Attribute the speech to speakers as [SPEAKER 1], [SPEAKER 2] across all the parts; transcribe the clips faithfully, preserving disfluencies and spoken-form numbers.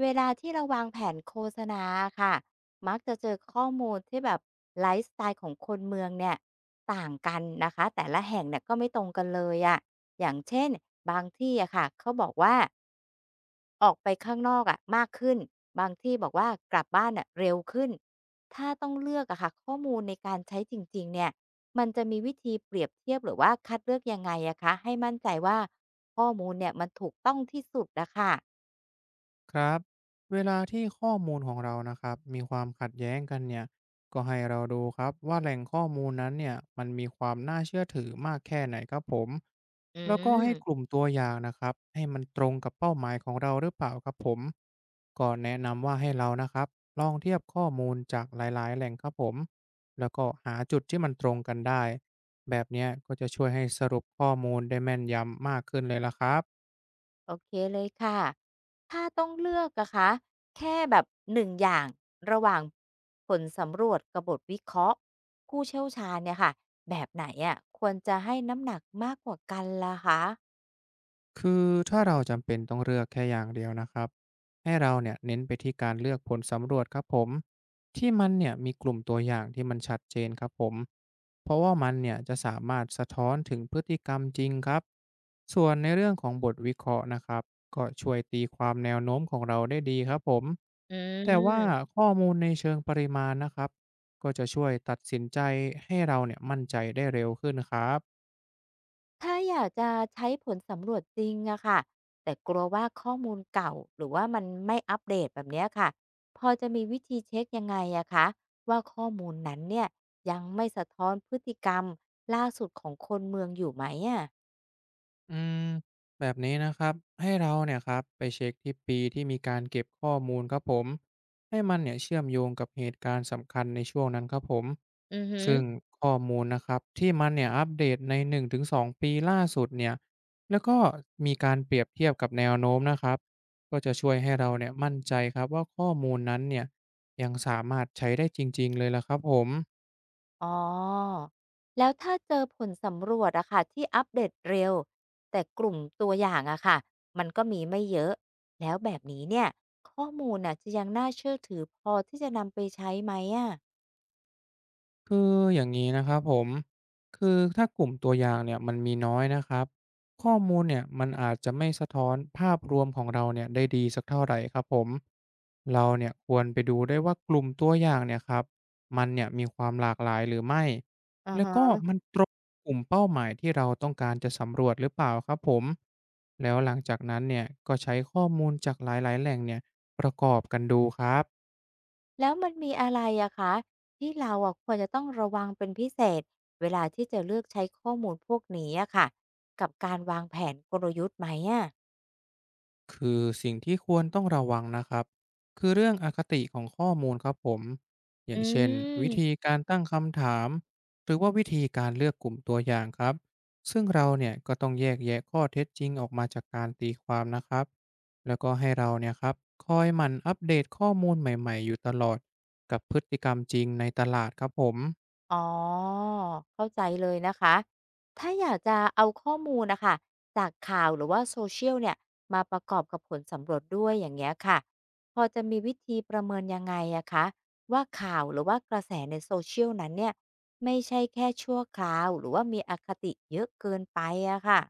[SPEAKER 1] เวลาที่เราวางแผนโฆษณาค่ะมักจะเจอข้อมูลที่แบบไลฟ์สไตล์ของคนเมืองเนี่ยต่างกันนะคะแต่ละแห่งเนี่ยก็ไม่ตรงกันเลยอะอย่างเช่นบางที่อะค่ะเขาบอกว่าออกไปข้างนอกอะมากขึ้นบางที่บอกว่ากลับบ้านอ่ะเร็วขึ้นถ้าต้องเลือกอะค่ะข้อมูลในการใช้จริงๆเนี่ยมันจะมีวิธีเปรียบเทียบหรือว่าคัดเลือกยังไงอะคะให้มั่นใจว่าข้อมูลเนี่ยมันถูกต้องที่สุดอะค่ะ
[SPEAKER 2] ครับเวลาที่ข้อมูลของเรานะครับมีความขัดแย้งกันเนี่ยก็ให้เราดูครับว่าแหล่งข้อมูลนั้นเนี่ยมันมีความน่าเชื่อถือมากแค่ไหนครับผม
[SPEAKER 1] อื
[SPEAKER 2] แล้วก็ให้กลุ่ม
[SPEAKER 1] ม
[SPEAKER 2] ตัวอย่างนะครับให้มันตรงกับเป้าหมายของเราหรือเปล่าครับผมก็แนะนำว่าให้เรานะครับลองเทียบข้อมูลจากหลายๆแหล่งครับผมแล้วก็หาจุดที่มันตรงกันได้แบบเนี้ยก็จะช่วยให้สรุปข้อมูลได้แม่นยำมากขึ้นเลยละครับ
[SPEAKER 1] โอเคเลยค่ะ ถ้าต้องเลือกอะคะแค่แบบหนึ่งอย่างระหว่างผลสำรวจกับบทวิเคราะห์ผู้เชี่ยวชาญเนี่ยค่ะ แบบไหนอะควรจะให้น้ำหนักมากกว่ากันล่ะคะ
[SPEAKER 2] คือถ้าเราจำเป็นต้องเลือกแค่อย่างเดียวนะครับให้เราเนี่ยเน้นไปที่การเลือกผลสำรวจครับผมที่มันเนี่ยมีกลุ่มตัวอย่างที่มันชัดเจนครับผมเพราะว่ามันเนี่ยจะสามารถสะท้อนถึงพฤติกรรมจริงครับส่วนในเรื่องของบทวิเคราะห์นะครับก็ช่วยตีความแนวโน้มของเราได้ดีครับผม
[SPEAKER 1] อื
[SPEAKER 2] แต่ว่า
[SPEAKER 1] ม
[SPEAKER 2] ข้อมูลในเชิงปริมาณนะครับก็จะช่วยตัดสินใจให้เราเนี่ยมั่นใจได้เร็วขึ้นครับ
[SPEAKER 1] ถ้าอยากจะใช้ผลสำรวจจริงอะค่ะ แต่กลัวว่าข้อมูลเก่าหรือว่ามันไม่อัปเดตแบบเนี้ยค่ะพอจะมีวิธีเช็คยังไงอะคะว่าข้อมูลนั้นเนี่ยยังไม่สะท้อนพฤติกรรมล่าสุดของคนเมืองอยู่ไหมอะ
[SPEAKER 2] อืมแบบนี้นะครับให้เราเนี่ยครับไปเช็คที่ปีที่มีการเก็บข้อมูลครับผมให้มันเนี่ยเชื่อมโยงกับเหตุการณ์สำคัญในช่วงนั้นครับผม
[SPEAKER 1] อือหือ
[SPEAKER 2] ซึ่งข้อมูลนะครับที่มันเนี่ยอัปเดตในหนึ่งถึงสองปีล่าสุดเนี่ยแล้วก็มีการเปรียบเทียบกับแนวโน้มนะครับก็จะช่วยให้เราเนี่ยมั่นใจครับว่าข้อมูลนั้นเนี่ยยังสามารถใช้ได้จริงๆเลยละครับผม
[SPEAKER 1] อ๋อแล้วถ้าเจอผลสำรวจอะค่ะที่อัปเดตเร็วแต่กลุ่มตัวอย่างอะค่ะมันก็มีไม่เยอะแล้วแบบนี้เนี่ยข้อมูลอะจะยังน่าเชื่อถือพอที่จะนำไปใช้ไหมอะ
[SPEAKER 2] คืออย่างนี้นะครับผมคือถ้ากลุ่มตัวอย่างเนี่ยมันมีน้อยนะครับข้อมูลเนี่ยมันอาจจะไม่สะท้อนภาพรวมของเราเนี่ยได้ดีสักเท่าไหร่ครับผมเราเนี่ยควรไปดูได้วยว่ากลุ่มตัวอย่างเนี่ยครับมันเนี่ยมีความหลากหลายหรือไม่
[SPEAKER 1] อา
[SPEAKER 2] แล้วก็
[SPEAKER 1] ฮะ
[SPEAKER 2] มันตรงกลุ่มเป้าหมายที่เราต้องการจะสำรวจหรือเปล่าครับผมแล้วหลังจากนั้นเนี่ยก็ใช้ข้อมูลจากหลายๆแหล่งเนี่ยประกอบกันดูครับ
[SPEAKER 1] แล้วมันมีอะไรอะคะที่เราอะควรจะต้องระวังเป็นพิเศษเวลาที่จะเลือกใช้ข้อมูลพวกนี้อะค่ะกับการวางแผนกลยุทธ์ไหมอะ
[SPEAKER 2] คือสิ่งที่ควรต้องระวังนะครับคือเรื่องอคติของข้อมูลครับผมอ
[SPEAKER 1] อื
[SPEAKER 2] ย่างเช่นวิธี
[SPEAKER 1] ม
[SPEAKER 2] การตั้งคำถามหรือว่าวิธีการเลือกกลุ่มตัวอย่างครับซึ่งเราเนี่ยก็ต้องแยกแยะข้อเท็จจริงออกมาจากการตีความนะครับแล้วก็ให้เราเนี่ยครับคอยหมั่นอัปเดตข้อมูลใหม่ๆอยู่ตลอดกับพฤติกรรมจริงในตลาดครับผม
[SPEAKER 1] อ๋อเข้าใจเลยนะคะถ้าอยากจะเอาข้อมูลนะคะจากข่าวหรือว่า Social เชียลเนี่ยมาประกอบกับผลสำรวจด้วยอย่างเงี้ยค่ะพอจะมีวิธีประเมินยังไงอะคะว่าข่าวหรือว่ากระแสใน Social นั้นเนี่ยไม่ใช่แค่ชั่วคราวหรือว่ามีอคติเยอะเกินไปอะค่ะ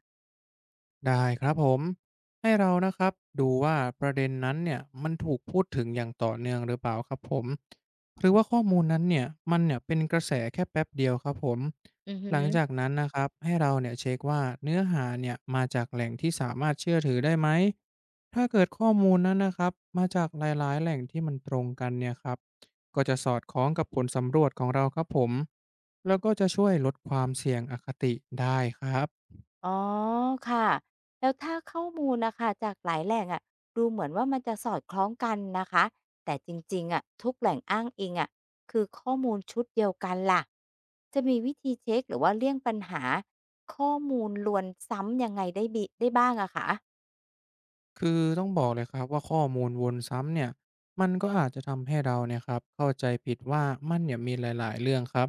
[SPEAKER 2] ได้ครับผมให้เรานะครับดูว่าประเด็นนั้นเนี่ยมันถูกพูดถึงอย่างต่อเนื่องหรือเปล่าครับผมหรือว่าข้อมูลนั้นเนี่ยมันเนี่ยเป็นกระแสแค่แป๊บเดียวครับผม
[SPEAKER 1] อือฮึ
[SPEAKER 2] หลังจากนั้นนะครับให้เราเนี่ยเช็คว่าเนื้อหาเนี่ยมาจากแหล่งที่สามารถเชื่อถือได้ไหมถ้าเกิดข้อมูลนั้นนะครับมาจากหลายๆแหล่งที่มันตรงกันเนี่ยครับก็จะสอดคล้องกับผลสำรวจของเราครับผมแล้วก็จะช่วยลดความเสี่ยงอคติได้ครับ
[SPEAKER 1] อ๋อค่ะแล้วถ้าข้อมูลนะคะจากหลายแหล่งอะดูเหมือนว่ามันจะสอดคล้องกันนะคะแต่จริงๆอะทุกแหล่งอ้างอิงอะคือข้อมูลชุดเดียวกันล่ะจะมีวิธีเช็คหรือว่าเลี่ยงปัญหาข้อมูลลวนซ้ำยังไงได้บิได้บ้างอะคะ
[SPEAKER 2] คือต้องบอกเลยครับว่าข้อมูลวนซ้ำเนี่ยมันก็อาจจะทำให้เราเนี่ยครับเข้าใจผิดว่ามันเนี่ยมีหลายๆเรื่องครับ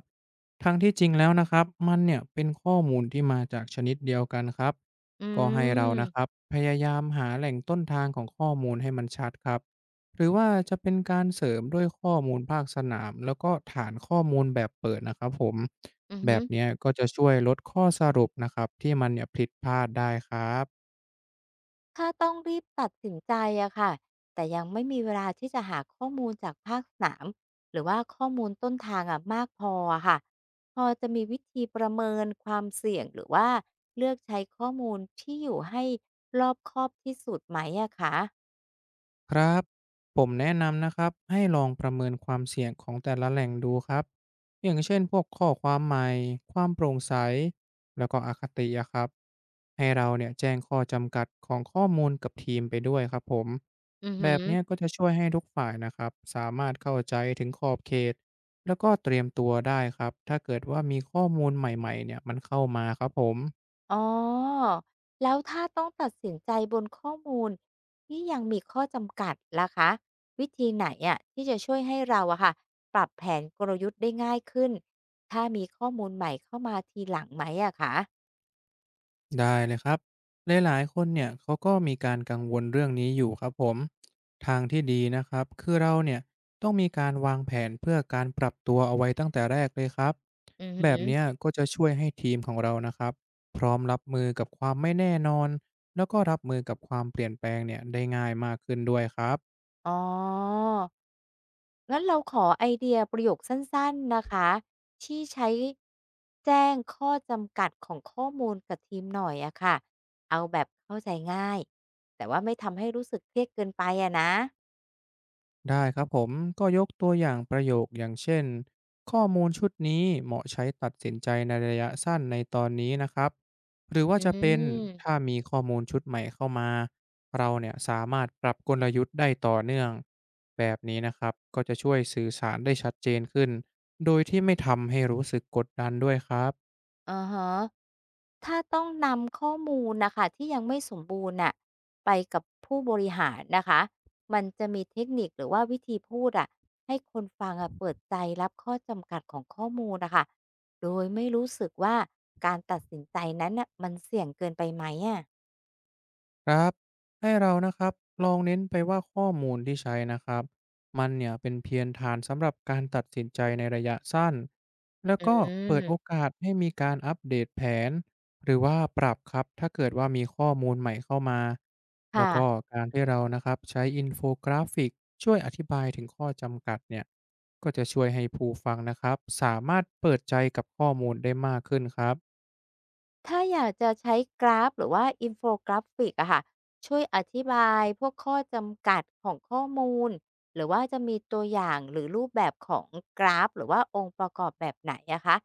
[SPEAKER 2] ทั้งที่จริงแล้วนะครับมันเนี่ยเป็นข้อมูลที่มาจากชนิดเดียวกันครับ
[SPEAKER 1] อื
[SPEAKER 2] ก็ให้เรานะครับ
[SPEAKER 1] ม
[SPEAKER 2] พยายามหาแหล่งต้นทางของข้อมูลให้มันชัดครับหรือว่าจะเป็นการเสริมด้วยข้อมูลภาคสนามแล้วก็ฐานข้อมูลแบบเปิดนะครับผม
[SPEAKER 1] อือ
[SPEAKER 2] แบ
[SPEAKER 1] ฮึ
[SPEAKER 2] บเนี้ยก็จะช่วยลดข้อสรุปนะครับที่มันเนี่ยผิดพลาดได้ครับ
[SPEAKER 1] ถ้าต้องรีบตัดสินใจอะค่ะแต่ยังไม่มีเวลาที่จะหาข้อมูลจากภาคสนามหรือว่าข้อมูลต้นทางอะมากพออะค่ะพอจะมีวิธีประเมินความเสี่ยงหรือว่าเลือกใช้ข้อมูลที่อยู่ให้รอบคอบที่สุดไหมอะคะ
[SPEAKER 2] ครับผมแนะนำนะครับให้ลองประเมินความเสี่ยงของแต่ละแหล่งดูครับอย่างเช่นพวกข้อความใหม่ความโปร่งใสแล้วก็อคติอะครับให้เราเนี่ยแจ้งข้อจำกัดของข้อมูลกับทีมไปด้วยครับผม
[SPEAKER 1] อือ
[SPEAKER 2] แบ
[SPEAKER 1] ฮึ
[SPEAKER 2] บเนี้ยก็จะช่วยให้ทุกฝ่ายนะครับสามารถเข้าใจถึงขอบเขตแล้วก็เตรียมตัวได้ครับถ้าเกิดว่ามีข้อมูลใหม่ๆเนี่ยมันเข้ามาครับผม
[SPEAKER 1] อ๋อแล้วถ้าต้องตัดสินใจบนข้อมูลที่ยังมีข้อจำกัดล่ะคะวิธีไหนอะที่จะช่วยให้เราอะค่ะปรับแผนกลยุทธ์ได้ง่ายขึ้นถ้ามีข้อมูลใหม่เข้ามาทีหลังไหมอะคะ
[SPEAKER 2] ได้เลยครับหลายๆคนเนี่ยเขาก็มีการกังวลเรื่องนี้อยู่ครับผมทางที่ดีนะครับคือเราเนี่ยต้องมีการวางแผนเพื่อการปรับตัวเอาไว้ตั้งแต่แรกเลยครับ
[SPEAKER 1] อือหื
[SPEAKER 2] แบ
[SPEAKER 1] อ
[SPEAKER 2] บเนี้ยก็จะช่วยให้ทีมของเรานะครับพร้อมรับมือกับความไม่แน่นอนแล้วก็รับมือกับความเปลี่ยนแปลงเนี่ยได้ง่ายมากขึ้นด้วยครับ
[SPEAKER 1] อ๋องั้นเราขอไอเดียประโยคสั้นๆนะคะที่ใช้แจ้งข้อจำกัดของข้อมูลกับทีมหน่อยอะค่ะเอาแบบเข้าใจง่ายแต่ว่าไม่ทำให้รู้สึกเครียดเกินไปอะนะ
[SPEAKER 2] ได้ครับผมก็ยกตัวอย่างประโยคอย่างเช่นข้อมูลชุดนี้เหมาะใช้ตัดสินใจในระยะสั้นในตอนนี้นะครับหรือว่า
[SPEAKER 1] อื
[SPEAKER 2] จะเป็นถ้า
[SPEAKER 1] ม
[SPEAKER 2] มีข้อมูลชุดใหม่เข้ามาเราเนี่ยสามารถปรับกลยุทธ์ได้ต่อเนื่องแบบนี้นะครับก็จะช่วยสื่อสารได้ชัดเจนขึ้นโดยที่ไม่ทำให้รู้สึกกดดันด้วยครับ
[SPEAKER 1] อาฮะถ้าต้องนำข้อมูลนะคะที่ยังไม่สมบูรณ์น่ะไปกับผู้บริหารนะคะ มันจะมีเทคนิคหรือว่าวิธีพูดอ่ะให้คนฟังอ่ะเปิดใจรับข้อจำกัดของข้อมูลนะคะ โดยไม่รู้สึกว่าการตัดสินใจนั้นน่ะมันเสี่ยงเกินไปไหมอ่ะ
[SPEAKER 2] ครับให้เรานะครับลองเน้นไปว่าข้อมูลที่ใช้นะครับมันเนี่ยเป็นเพียงฐานสำหรับการตัดสินใจในระยะสั้นแล้ว
[SPEAKER 1] อื
[SPEAKER 2] ก็เปิดโอ
[SPEAKER 1] ม
[SPEAKER 2] กาสให้มีการอัปเดตแผนหรือว่าปรับครับถ้าเกิดว่ามีข้อมูลใหม่เข้ามาแล้วก็
[SPEAKER 1] ค่ะ
[SPEAKER 2] การที่เรานะครับใช้อินโฟกราฟิกช่วยอธิบายถึงข้อจำกัดเนี่ยก็จะช่วยให้ผู้ฟังนะครับสามารถเปิดใจกับข้อมูลได้มากขึ้นครับ
[SPEAKER 1] ถ้าอยากจะใช้กราฟหรือว่าอินโฟกราฟิกอะค่ะช่วยอธิบายพวกข้อจำกัดของข้อมูลหรือว่าจะมีตัวอย่างหรือรูปแบบของกราฟหรือว่าองค์ประกอบแบบไหนอะคะ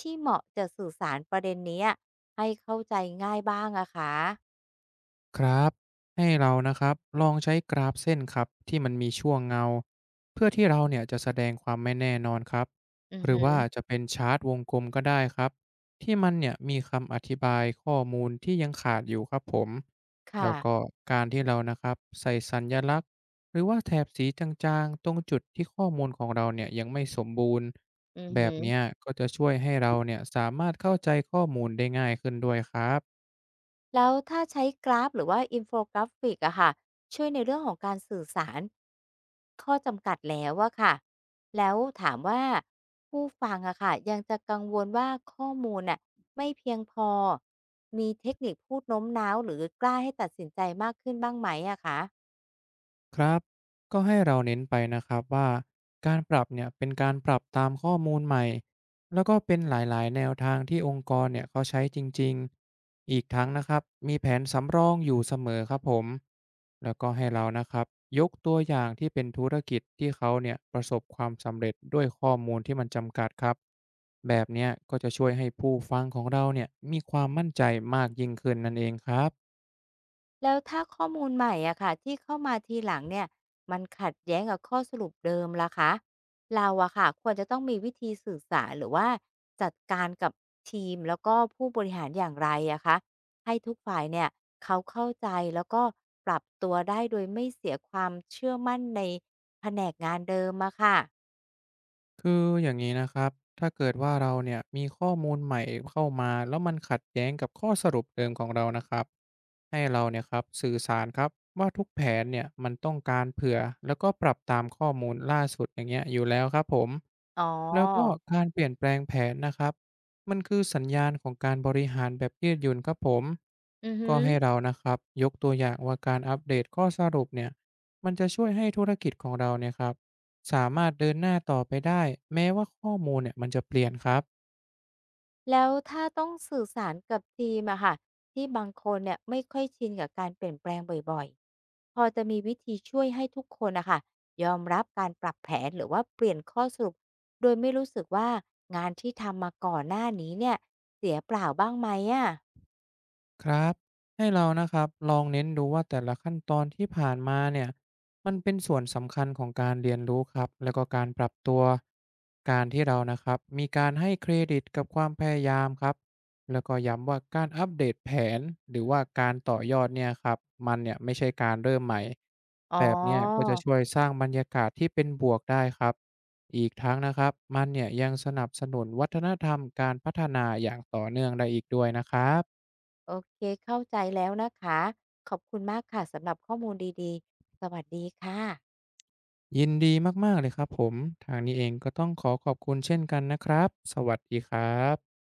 [SPEAKER 1] ที่เหมาะจะสื่อสารประเด็นเนี้ยให้เข้าใจง่ายบ้างอะคะ
[SPEAKER 2] ครับให้เรานะครับลองใช้กราฟเส้นครับที่มันมีช่วงเงาเพื่อที่เราเนี่ยจะแสดงความไม่แน่นอนครับ
[SPEAKER 1] อือ
[SPEAKER 2] หรือ
[SPEAKER 1] ฮึ
[SPEAKER 2] ว่าจะเป็นชาร์ตวงกลมก็ได้ครับที่มันเนี่ยมีคำอธิบายข้อมูลที่ยังขาดอยู่ครับผมแล้
[SPEAKER 1] ค่ะ
[SPEAKER 2] วก็การที่เรานะครับใส่สัญลักษณ์หรือว่าแถบสีจางๆตรงจุดที่ข้อมูลของเราเนี่ยยังไม่สมบูรณ์
[SPEAKER 1] อือ
[SPEAKER 2] แบ
[SPEAKER 1] ฮึ
[SPEAKER 2] บเนี้ยก็จะช่วยให้เราเนี่ยสามารถเข้าใจข้อมูลได้ง่ายขึ้นด้วยครับ
[SPEAKER 1] แล้วถ้าใช้กราฟหรือว่าอินโฟกราฟิกอะค่ะช่วยในเรื่องของการสื่อสารข้อจำกัดแล้วอะค่ะแล้วถามว่าผู้ฟังอะค่ะยังจะกังวลว่าข้อมูลน่ะไม่เพียงพอมีเทคนิคพูดโน้มน้าวหรือกล้าให้ตัดสินใจมากขึ้นบ้างไหมอะคะ
[SPEAKER 2] ครับก็ให้เราเน้นไปนะครับว่าการปรับเนี่ยเป็นการปรับตามข้อมูลใหม่แล้วก็เป็นหลายๆแนวทางที่องค์กรเนี่ยเขาใช้จริงๆอีกทั้งนะครับมีแผนสำรองอยู่เสมอครับผมแล้วก็ให้เรานะครับยกตัวอย่างที่เป็นธุรกิจที่เขาเนี่ยประสบความสำเร็จด้วยข้อมูลที่มันจำกัดครับแบบเนี้ยก็จะช่วยให้ผู้ฟังของเราเนี่ยมีความมั่นใจมากยิ่งขึ้นนั่นเองครับ
[SPEAKER 1] แล้วถ้าข้อมูลใหม่อะค่ะที่เข้ามาทีหลังเนี่ยมันขัดแย้งกับข้อสรุปเดิมล่ะคะเราอะค่ะควรจะต้องมีวิธีสื่อสารหรือว่าจัดการกับทีมแล้วก็ผู้บริหารอย่างไรอะคะให้ทุกฝ่ายเนี่ยเขาเข้าใจแล้วก็ปรับตัวได้โดยไม่เสียความเชื่อมั่นในแผนกงานเดิมอะค่ะ
[SPEAKER 2] คืออย่างนี้นะครับ ถ้าเกิดว่าเราเนี่ยมีข้อมูลใหม่เข้ามาแล้วมันขัดแย้งกับข้อสรุปเดิมของเรานะครับให้เราเนี่ยครับสื่อสารครับว่าทุกแผนเนี่ยมันต้องการเผื่อแล้วก็ปรับตามข้อมูลล่าสุดอย่างเงี้ยอยู่แล้วครับผม
[SPEAKER 1] อ๋
[SPEAKER 2] แล้วก็
[SPEAKER 1] อ
[SPEAKER 2] การเปลี่ยนแปลงแผนนะครับมันคือสัญญาณของการบริหารแบบยืดหยุ่นครับผม
[SPEAKER 1] อือฮึ
[SPEAKER 2] ก็ให้เรานะครับยกตัวอย่างว่าการอัปเดตข้อสรุปเนี่ยมันจะช่วยให้ธุรกิจของเราเนี่ยครับ สามารถเดินหน้าต่อไปได้แม้ว่าข้อมูลเนี่ยมันจะเปลี่ยนครับ
[SPEAKER 1] แล้วถ้าต้องสื่อสารกับทีมอะค่ะที่บางคนเนี่ยไม่ค่อยชินกับการเปลี่ยนแปลงบ่อยๆพอจะมีวิธีช่วยให้ทุกคนนะคะยอมรับการปรับแผนหรือว่าเปลี่ยนข้อสรุปโดยไม่รู้สึกว่างานที่ทำมาก่อนหน้านี้เนี่ยเสียเปล่าบ้างไหมอะ
[SPEAKER 2] ครับให้เรานะครับลองเน้นดูว่าแต่ละขั้นตอนที่ผ่านมาเนี่ยมันเป็นส่วนสำคัญของการเรียนรู้ครับแล้วก็การปรับตัวการที่เรานะครับมีการให้เครดิตกับความพยายามครับแล้วก็ย้ำว่าการอัปเดตแผนหรือว่าการต่อยอดเนี่ยครับมันเนี่ยไม่ใช่การเริ่มใหม่
[SPEAKER 1] อ๋อ
[SPEAKER 2] แบบเนี้ยก็จะช่วยสร้างบรรยากาศที่เป็นบวกได้ครับอีกทั้งนะครับมันเนี่ยยังสนับสนุนวัฒนธรรมการพัฒนาอย่างต่อเนื่องได้อีกด้วยนะครับ
[SPEAKER 1] โอเคเข้าใจแล้วนะคะขอบคุณมากค่ะสำหรับข้อมูลดีๆสวัสดีค่ะ
[SPEAKER 2] ยินดีมากๆเลยครับผมทางนี้เองก็ต้องขอขอบคุณเช่นกันนะครับสวัสดีครับ